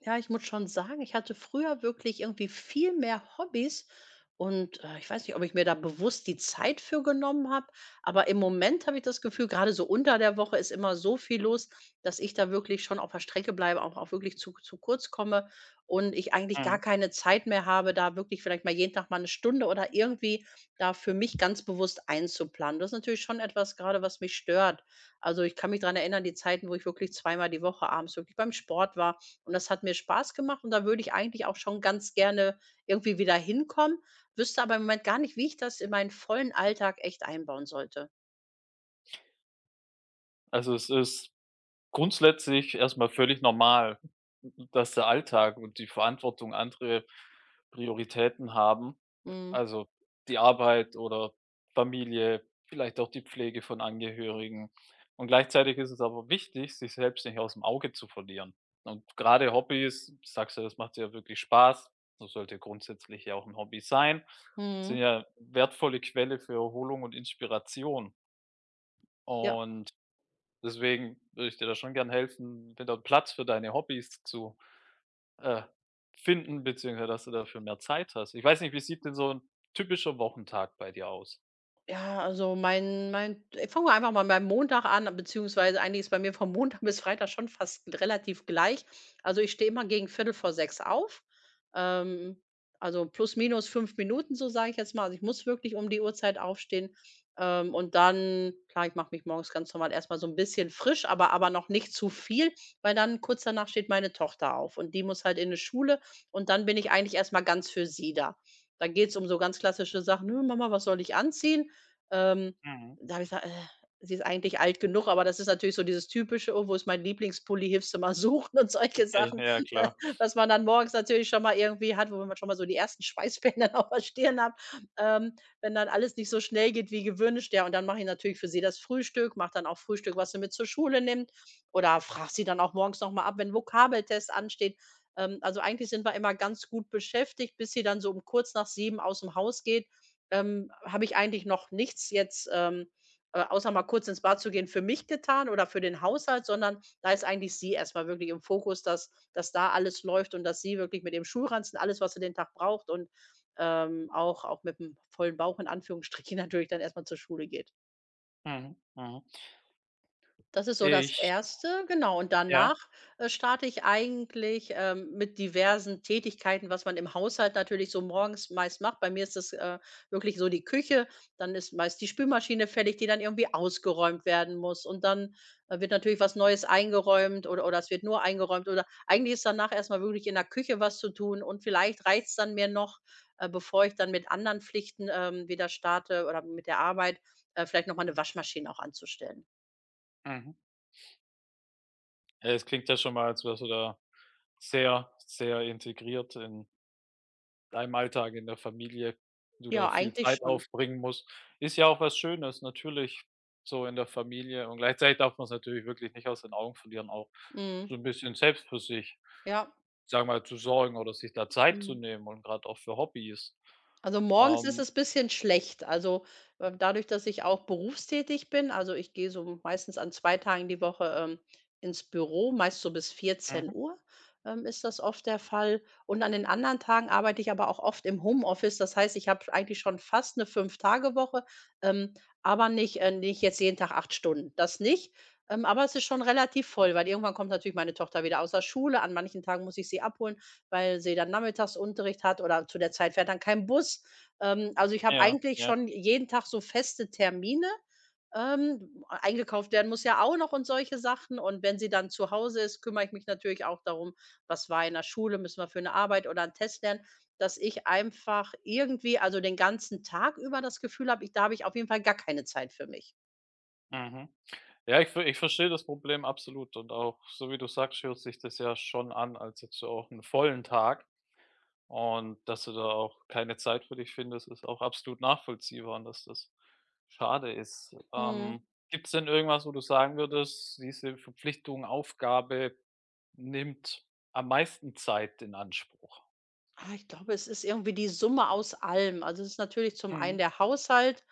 Ja, ich muss schon sagen, ich hatte früher wirklich irgendwie viel mehr Hobbys und ich weiß nicht, ob ich mir da bewusst die Zeit für genommen habe, aber im Moment habe ich das Gefühl, gerade so unter der Woche ist immer so viel los, dass ich da wirklich schon auf der Strecke bleibe, auch wirklich zu kurz komme und ich eigentlich Mhm. gar keine Zeit mehr habe, da wirklich vielleicht mal jeden Tag mal eine Stunde oder irgendwie da für mich ganz bewusst einzuplanen. Das ist natürlich schon etwas gerade, was mich stört. Also, ich kann mich dran erinnern, die Zeiten, wo ich wirklich zweimal die Woche abends wirklich beim Sport war und das hat mir Spaß gemacht und da würde ich eigentlich auch schon ganz gerne irgendwie wieder hinkommen, wüsste aber im Moment gar nicht, wie ich das in meinen vollen Alltag echt einbauen sollte. Also, es ist grundsätzlich erstmal völlig normal, dass der Alltag und die Verantwortung andere Prioritäten haben. Mhm. Also, die Arbeit oder Familie, vielleicht auch die Pflege von Angehörigen. Und gleichzeitig ist es aber wichtig, sich selbst nicht aus dem Auge zu verlieren. Und gerade Hobbys, sagst du, das macht dir ja wirklich Spaß. Das sollte grundsätzlich ja auch ein Hobby sein, sind Mhm. ja wertvolle Quelle für Erholung und Inspiration. Ja. Und deswegen würde ich dir da schon gern helfen, wieder Platz für deine Hobbys zu äh, finden, beziehungsweise dass du dafür mehr Zeit hast. Ich weiß nicht, wie sieht denn so ein typischer Wochentag bei dir aus? Ja, also mein fangen wir einfach mal beim Montag an, beziehungsweise eigentlich ist bei mir von Montag bis Freitag schon fast relativ gleich. Also, ich stehe immer gegen Viertel vor 6 auf, ähm, also plus minus 5 Minuten, so sage ich jetzt mal. Also, ich muss wirklich um die Uhrzeit aufstehen, und dann klar, ich mache mich morgens ganz normal erstmal so ein bisschen frisch, aber noch nicht zu viel, weil dann kurz danach steht meine Tochter auf und die muss halt in die Schule und dann bin ich eigentlich erstmal ganz für sie da. Dann geht's um so ganz klassische Sachen: „Nö, Mama, was soll ich anziehen?“ ähm, Mhm. da habe ich gesagt: „ sie ist eigentlich alt genug“, aber das ist natürlich so dieses typische: „Oh, wo ist mein Lieblingspulli? Hilfst du mal suchen?“ und solche Sachen, Ja da klar. was man dann morgens natürlich schon mal irgendwie hat, wo man schon mal so die ersten Schweißperlen auf der Stirn hat, ähm, wenn dann alles nicht so schnell geht wie gewünscht. Ja, und dann mache ich natürlich für sie das Frühstück, mache dann auch Frühstück, was sie mit zur Schule nimmt oder frage sie dann auch morgens noch mal ab, wenn Vokabeltest ansteht. Also, eigentlich sind wir immer ganz gut beschäftigt, bis sie dann so um kurz nach sieben aus dem Haus geht. Habe ich eigentlich noch nichts jetzt, außer mal kurz ins Bad zu gehen, für mich getan oder für den Haushalt, sondern da ist eigentlich sie erst mal wirklich im Fokus, dass da alles läuft und dass sie wirklich mit dem Schulranzen alles, was sie den Tag braucht, und auch mit dem vollen Bauch in Anführungsstrichen natürlich dann erst mal zur Schule geht. Mhm, mhm. Das ist so das Ich erste, genau. Und ja, danach, äh, starte ich eigentlich mit diversen Tätigkeiten, was man im Haushalt natürlich so morgens meist macht. Bei mir ist das wirklich so die Küche. Dann ist meist die Spülmaschine fällig, die dann irgendwie ausgeräumt werden muss. Und dann wird natürlich was Neues eingeräumt oder es wird nur eingeräumt oder eigentlich ist danach erst mal wirklich in der Küche was zu tun und vielleicht reicht's dann mir noch, bevor ich dann mit anderen Pflichten wieder starte oder mit der Arbeit, vielleicht noch mal 'ne Waschmaschine auch anzustellen. mhm. Es klingt ja schon mal, als wärst du da sehr, sehr integriert in deinem Alltag in der Familie du da Ja, viel eigentlich Zeit schon. aufbringen musst. Ist ja auch was Schönes, natürlich so in der Familie und gleichzeitig darf man's natürlich wirklich nicht aus den Augen verlieren, auch so Mhm. ein bisschen selbst für sich, Ja. sagen wir mal, zu sorgen oder sich da Zeit zu Mhm. nehmen und gerade auch für Hobbys. Also, morgens ist Ähm, es bisschen schlecht. Also, dadurch, dass ich auch berufstätig bin also, ich gehe so meistens an 2 Tagen die Woche, ins Büro, meist so bis mhm, 14:00, ist das oft der Fall. Und an den anderen Tagen arbeite ich aber auch oft im Homeoffice. Das heißt, ich habe eigentlich schon fast eine Fünf-Tage-Woche, ähm, aber nicht jetzt jeden Tag 8 Stunden, das nicht. Aber es ist schon relativ voll, weil irgendwann kommt natürlich meine Tochter wieder aus der Schule. An manchen Tagen muss ich sie abholen, weil sie dann Nachmittagsunterricht hat oder zu der Zeit fährt dann kein Bus. Also, ich habe ja, eigentlich ja, schon jeden Tag so feste Termine. Eingekauft werden muss ja auch noch und solche Sachen. Und wenn sie dann zu Hause ist, kümmere ich mich natürlich auch darum, was war in der Schule, müssen wir für eine Arbeit oder einen Test lernen, dass ich einfach irgendwie also, den ganzen Tag über das Gefühl habe, ich da habe ich auf jeden Fall gar keine Zeit für mich. mhm. Ja, ich verstehe das Problem absolut und auch so wie du sagst, hört sich das ja schon an als hättest du auch einen vollen Tag. Und dass du da auch keine Zeit für dich findest, ist auch absolut nachvollziehbar und dass das schade ist. Mhm. Gibt es denn irgendwas, wo du sagen würdest, diese Verpflichtung, Aufgabe nimmt am meisten Zeit in Anspruch? Ah, ich glaube, es ist irgendwie die Summe aus allem. Also, es ist natürlich zum einen Mhm. der Haushalt.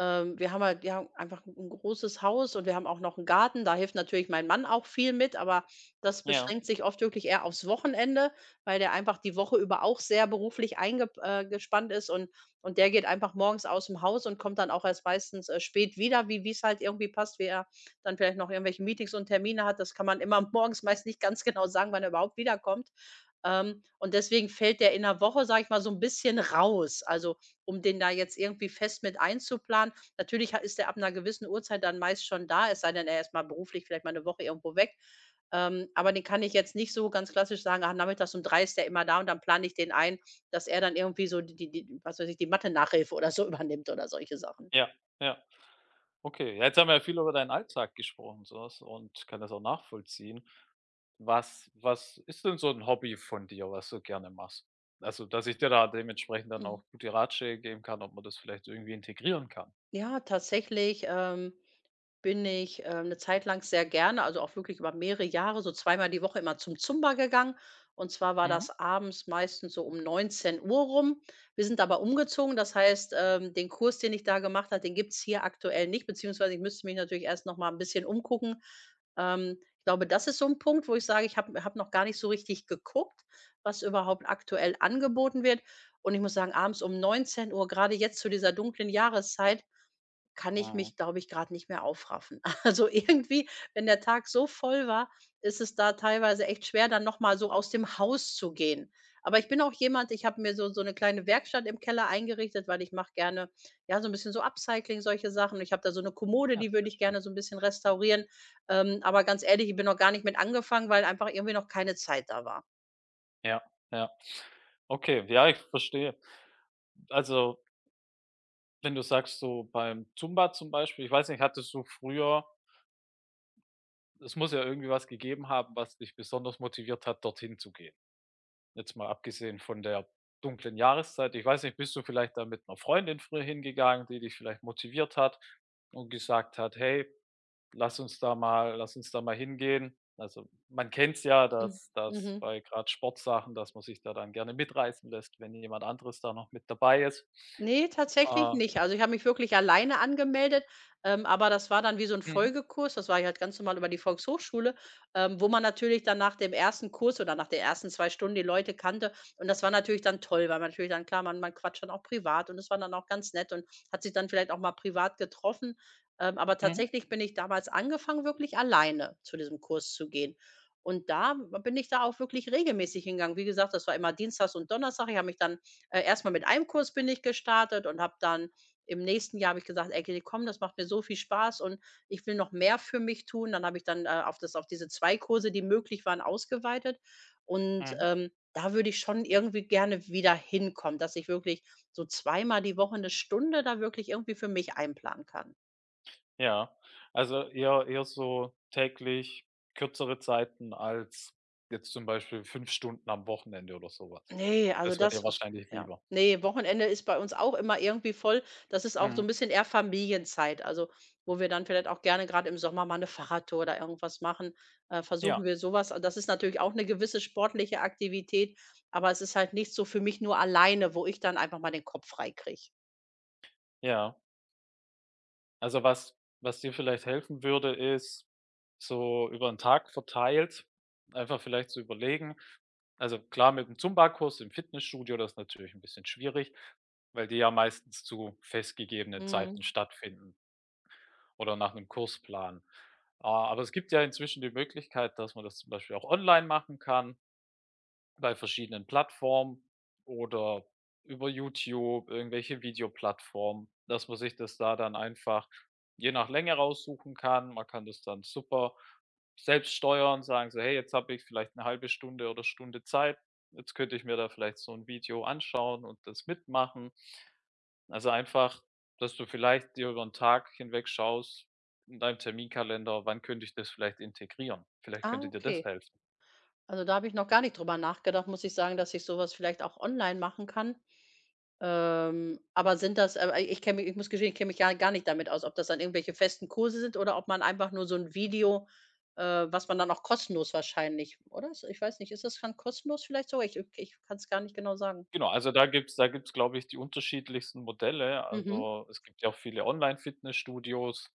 Wir haben halt wir haben einfach ein 'n großes Haus und wir haben auch noch einen Garten. Da hilft natürlich mein Mann auch viel mit, aber das Ja, beschränkt sich oft wirklich eher aufs Wochenende, weil der einfach die Woche über auch sehr beruflich eingespannt gespannt ist und der geht einfach morgens aus dem Haus und kommt dann auch erst meistens spät wieder, wie es halt irgendwie passt, wie er dann vielleicht noch irgendwelche Meetings und Termine hat. Das kann man immer morgens meist nicht ganz genau sagen, wann er überhaupt wiederkommt. Und deswegen fällt der in der Woche, sage ich mal, so ein bisschen raus. Also, um den da jetzt irgendwie fest mit einzuplanen. Natürlich ha ist der ab einer gewissen Uhrzeit dann meist schon da, es sei denn, er ist mal beruflich vielleicht mal eine Woche irgendwo weg. Aber den kann ich jetzt nicht so ganz klassisch sagen: „Ah, nachmittags um 3 ist der immer da und dann plane ich den ein“, dass er dann irgendwie so die was weiß ich, die Mathe-Nachhilfe oder so übernimmt oder solche Sachen. ja, ja. Okay, ja, jetzt haben wir ja viel über deinen Alltag gesprochen so was und kann das auch nachvollziehen. Was ist denn so ein Hobby von dir, was du gerne machst? Also, dass ich dir da dementsprechend dann Mhm. auch gute Ratschläge geben kann, ob man das vielleicht irgendwie integrieren kann. Ja, tatsächlich, bin ich 'ne Zeit lang sehr gerne, also auch wirklich über mehrere Jahre, so zweimal die Woche immer zum Zumba gegangen. Und zwar war Mhm, das abends meistens so um 19 Uhr rum. Wir sind aber umgezogen, das heißt, den Kurs, den ich da gemacht habe, den gibt's hier aktuell nicht, beziehungsweise ich müsste mich natürlich erst noch mal ein bisschen umgucken. Ich glaube, das ist so ein Punkt, wo ich sage, ich habe noch gar nicht so richtig geguckt, was überhaupt aktuell angeboten wird. Und ich muss sagen, abends um 19 Uhr gerade jetzt zu dieser dunklen Jahreszeit kann ich mhm. mich, glaube ich, gerade nicht mehr aufraffen. Also, irgendwie, wenn der Tag so voll war, ist es da teilweise echt schwer, dann noch mal so aus dem Haus zu gehen. Aber ich bin auch jemand, ich habe mir so eine kleine Werkstatt im Keller eingerichtet, weil ich mache gerne, ja, so ein bisschen so Upcycling, solche Sachen. Ich habe da so eine Kommode, Ja, die würde sehr ich schön. gerne so ein bisschen restaurieren. Aber ganz ehrlich, ich bin noch gar nicht mit angefangen, weil einfach irgendwie noch keine Zeit da war. Ja, ja. Okay, ja, ich verstehe. Also, wenn du sagst, so beim Zumba zum Beispiel, ich weiß nicht, hattest du früher es muss ja irgendwie was gegeben haben, was dich besonders motiviert hat, dorthin zu gehen. Jetzt mal abgesehen von der dunklen Jahreszeit. Ich weiß nicht, bist du vielleicht da mit 'ner Freundin früher hingegangen, die dich vielleicht motiviert hat und gesagt hat: „Hey“ lass uns da mal hingehen. Also, man kennt's ja, Mhm. dass Mhm. bei gerade Sportsachen, dass man sich da dann gerne mitreißen lässt, wenn jemand anderes da noch mit dabei ist. Ne, tatsächlich Äh, nicht. Also, ich habe mich wirklich alleine angemeldet, aber das war dann wie so 'n mhm, Folgekurs. Das war ja halt ganz normal über die Volkshochschule, wo man natürlich dann nach dem ersten Kurs oder nach den ersten 2 Stunden die Leute kannte. Und das war natürlich dann toll, weil man natürlich dann klar, man quatscht dann auch privat und das war dann auch ganz nett und hat sich dann vielleicht auch mal privat getroffen. Aber mhm, tatsächlich bin ich damals angefangen, wirklich alleine zu diesem Kurs zu gehen. Und da bin ich da auch wirklich regelmäßig hingegangen. Wie gesagt, das war immer dienstags und donnerstag. Ich habe mich dann erst mal mit einem Kurs bin ich gestartet und habe dann im nächsten Jahr habe ich gesagt: „Ey, komm, das macht mir so viel Spaß und ich will noch mehr für mich tun.“ Dann habe ich dann auf das auf diese 2 Kurse, die möglich waren, ausgeweitet und, mhm. ähm, da würde ich schon irgendwie gerne wieder hinkommen, dass ich wirklich so zweimal die Woche eine Stunde da wirklich irgendwie für mich einplanen kann. Ja, also eher so täglich kürzere Zeiten als jetzt zum Beispiel 5 Stunden am Wochenende oder so was. Ne, also Das wäre dir das wahrscheinlich ja. lieber. Ne, Wochenende ist bei uns auch immer irgendwie voll. Das ist auch so Mhm. 'n bisschen eher Familienzeit, also, wo wir dann vielleicht auch gerne grad im Sommer mal 'ne Fahrradtour oder irgendwas machen, versuchen Ja, wir so was. Das ist natürlich auch 'ne gewisse sportliche Aktivität, aber es ist halt nicht so für mich nur alleine, wo ich dann einfach mal den Kopf frei kriege. ja. Also, was was dir vielleicht helfen würde, ist so über 'n Tag verteilt einfach vielleicht zu überlegen also, klar, mit dem Zumba-Kurs im Fitnessstudio, das ist natürlich ein bisschen schwierig, weil die ja meistens zu festgegebenen Zeiten Mhm. stattfinden oder nach einem Kursplan. Aber es gibt ja inzwischen die Möglichkeit, dass man das zum Beispiel auch online machen kann bei verschiedenen Plattformen oder über YouTube, irgendwelche Videoplattformen, dass man sich das da dann einfach je nach Länge raussuchen kann. Man kann das dann super selbst steuern, sagen so: „Hey, jetzt habe ich vielleicht eine halbe Stunde oder Stunde Zeit. Jetzt könnte ich mir da vielleicht so ein Video anschauen und das mitmachen.“ Also, einfach, dass du vielleicht dir über 'n Tag hinweg schaust in deinem Terminkalender: „Wann könnte ich das vielleicht integrieren?“ Vielleicht Ah, könnte dir das okay. helfen. Also, da habe ich noch gar nicht drüber nachgedacht, muss ich sagen, dass ich so was vielleicht auch online machen kann. Aber sind das aber ich kenne mich ich muss gestehen, ich kenne mich gar nicht damit aus, ob das dann irgendwelche festen Kurse sind oder ob man einfach nur so ein Video, was man dann auch kostenlos wahrscheinlich oder? Ist ich weiß nicht, ist das dann kostenlos vielleicht so. Ich kann es gar nicht genau sagen. Genau, also da gibt's, glaube ich, die unterschiedlichsten Modelle. Mhm. Also, es gibt ja auch viele Online-Fitnessstudios,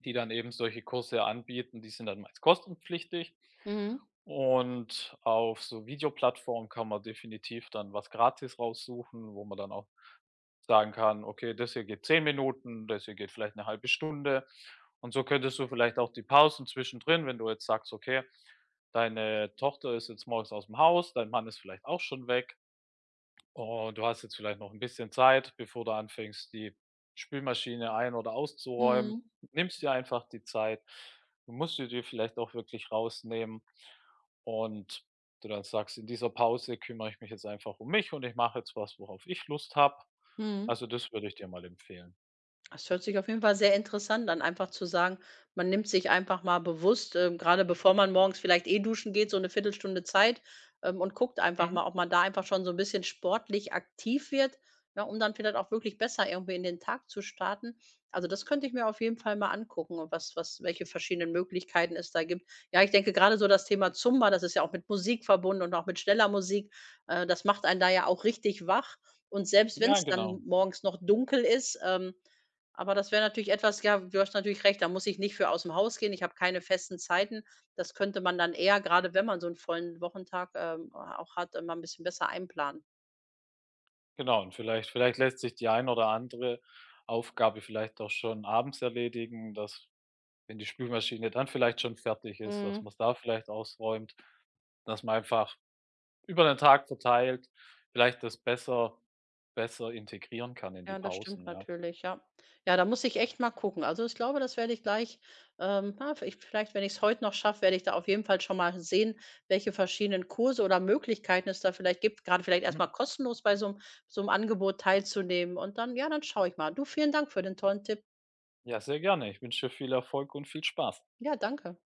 die dann eben solche Kurse anbieten. Die sind dann meist kostenpflichtig. Mhm. Und auf so Videoplattformen kann man definitiv dann was gratis raussuchen, wo man dann auch sagen kann: „Okay, das hier geht 10 Minuten, das hier geht vielleicht eine halbe Stunde.“ Und so könntest du vielleicht auch die Pausen zwischendrin, wenn du jetzt sagst: „Okay, deine Tochter ist jetzt morgens aus dem Haus, dein Mann ist vielleicht auch schon weg“ und du hast jetzt vielleicht noch ein bisschen Zeit, bevor du anfängst, die Spülmaschine ein oder auszuräumen. Mhm. Nimmst dir einfach die Zeit. Du musst sie dir vielleicht auch wirklich rausnehmen und du dann sagst: „In dieser Pause kümmere ich mich jetzt einfach um mich und ich mache jetzt was, worauf ich Lust habe.“ Mhm. Also, das würde ich dir mal empfehlen. Das hört sich auf jeden Fall sehr interessant an, einfach zu sagen, man nimmt sich einfach mal bewusst, grade bevor man morgens vielleicht eh duschen geht, so eine Viertelstunde Zeit, und guckt einfach Mhm. mal, ob man da einfach schon so ein bisschen sportlich aktiv wird, ja, um dann vielleicht auch wirklich besser irgendwie in den Tag zu starten. Also, das könnte ich mir auf jeden Fall mal angucken und was welche verschiedenen Möglichkeiten es da gibt. Ja, ich denke gerade so das Thema Zumba, das ist ja auch mit Musik verbunden und auch mit schneller Musik, das macht einen da ja auch richtig wach. Und selbst wenn Ja, es dann genau. morgens noch dunkel ist, aber das wäre natürlich etwas ja, du hast natürlich recht, da muss ich nicht für aus dem Haus gehen. Ich habe keine festen Zeiten. Das könnte man dann eher, gerade wenn man so einen vollen Wochentag auch hat, mal ein bisschen besser einplanen. Genau. Und vielleicht lässt sich die ein oder andere Aufgabe vielleicht auch schon abends erledigen, dass wenn die Spülmaschine dann vielleicht schon fertig ist, dass Mhm. man es da vielleicht ausräumt, dass man einfach über den Tag verteilt vielleicht das besser integrieren kann in die Ja, das stimmt Pausen, ja. natürlich, ja. Ja, da muss ich echt mal gucken. Also, ich glaube, das werde ich gleich, na, v ich vielleicht, wenn ich's heute noch schaffe, werde ich da auf jeden Fall schon mal sehen, welche verschiedenen Kurse oder Möglichkeiten es da vielleicht gibt, gerade vielleicht erst Mhm. mal kostenlos bei so 'm Angebot teilzunehmen und dann ja, dann schaue ich mal. Du, vielen Dank für den tollen Tipp. Ja, sehr gerne. Ich wünsche dir viel Erfolg und viel Spaß. Ja, danke.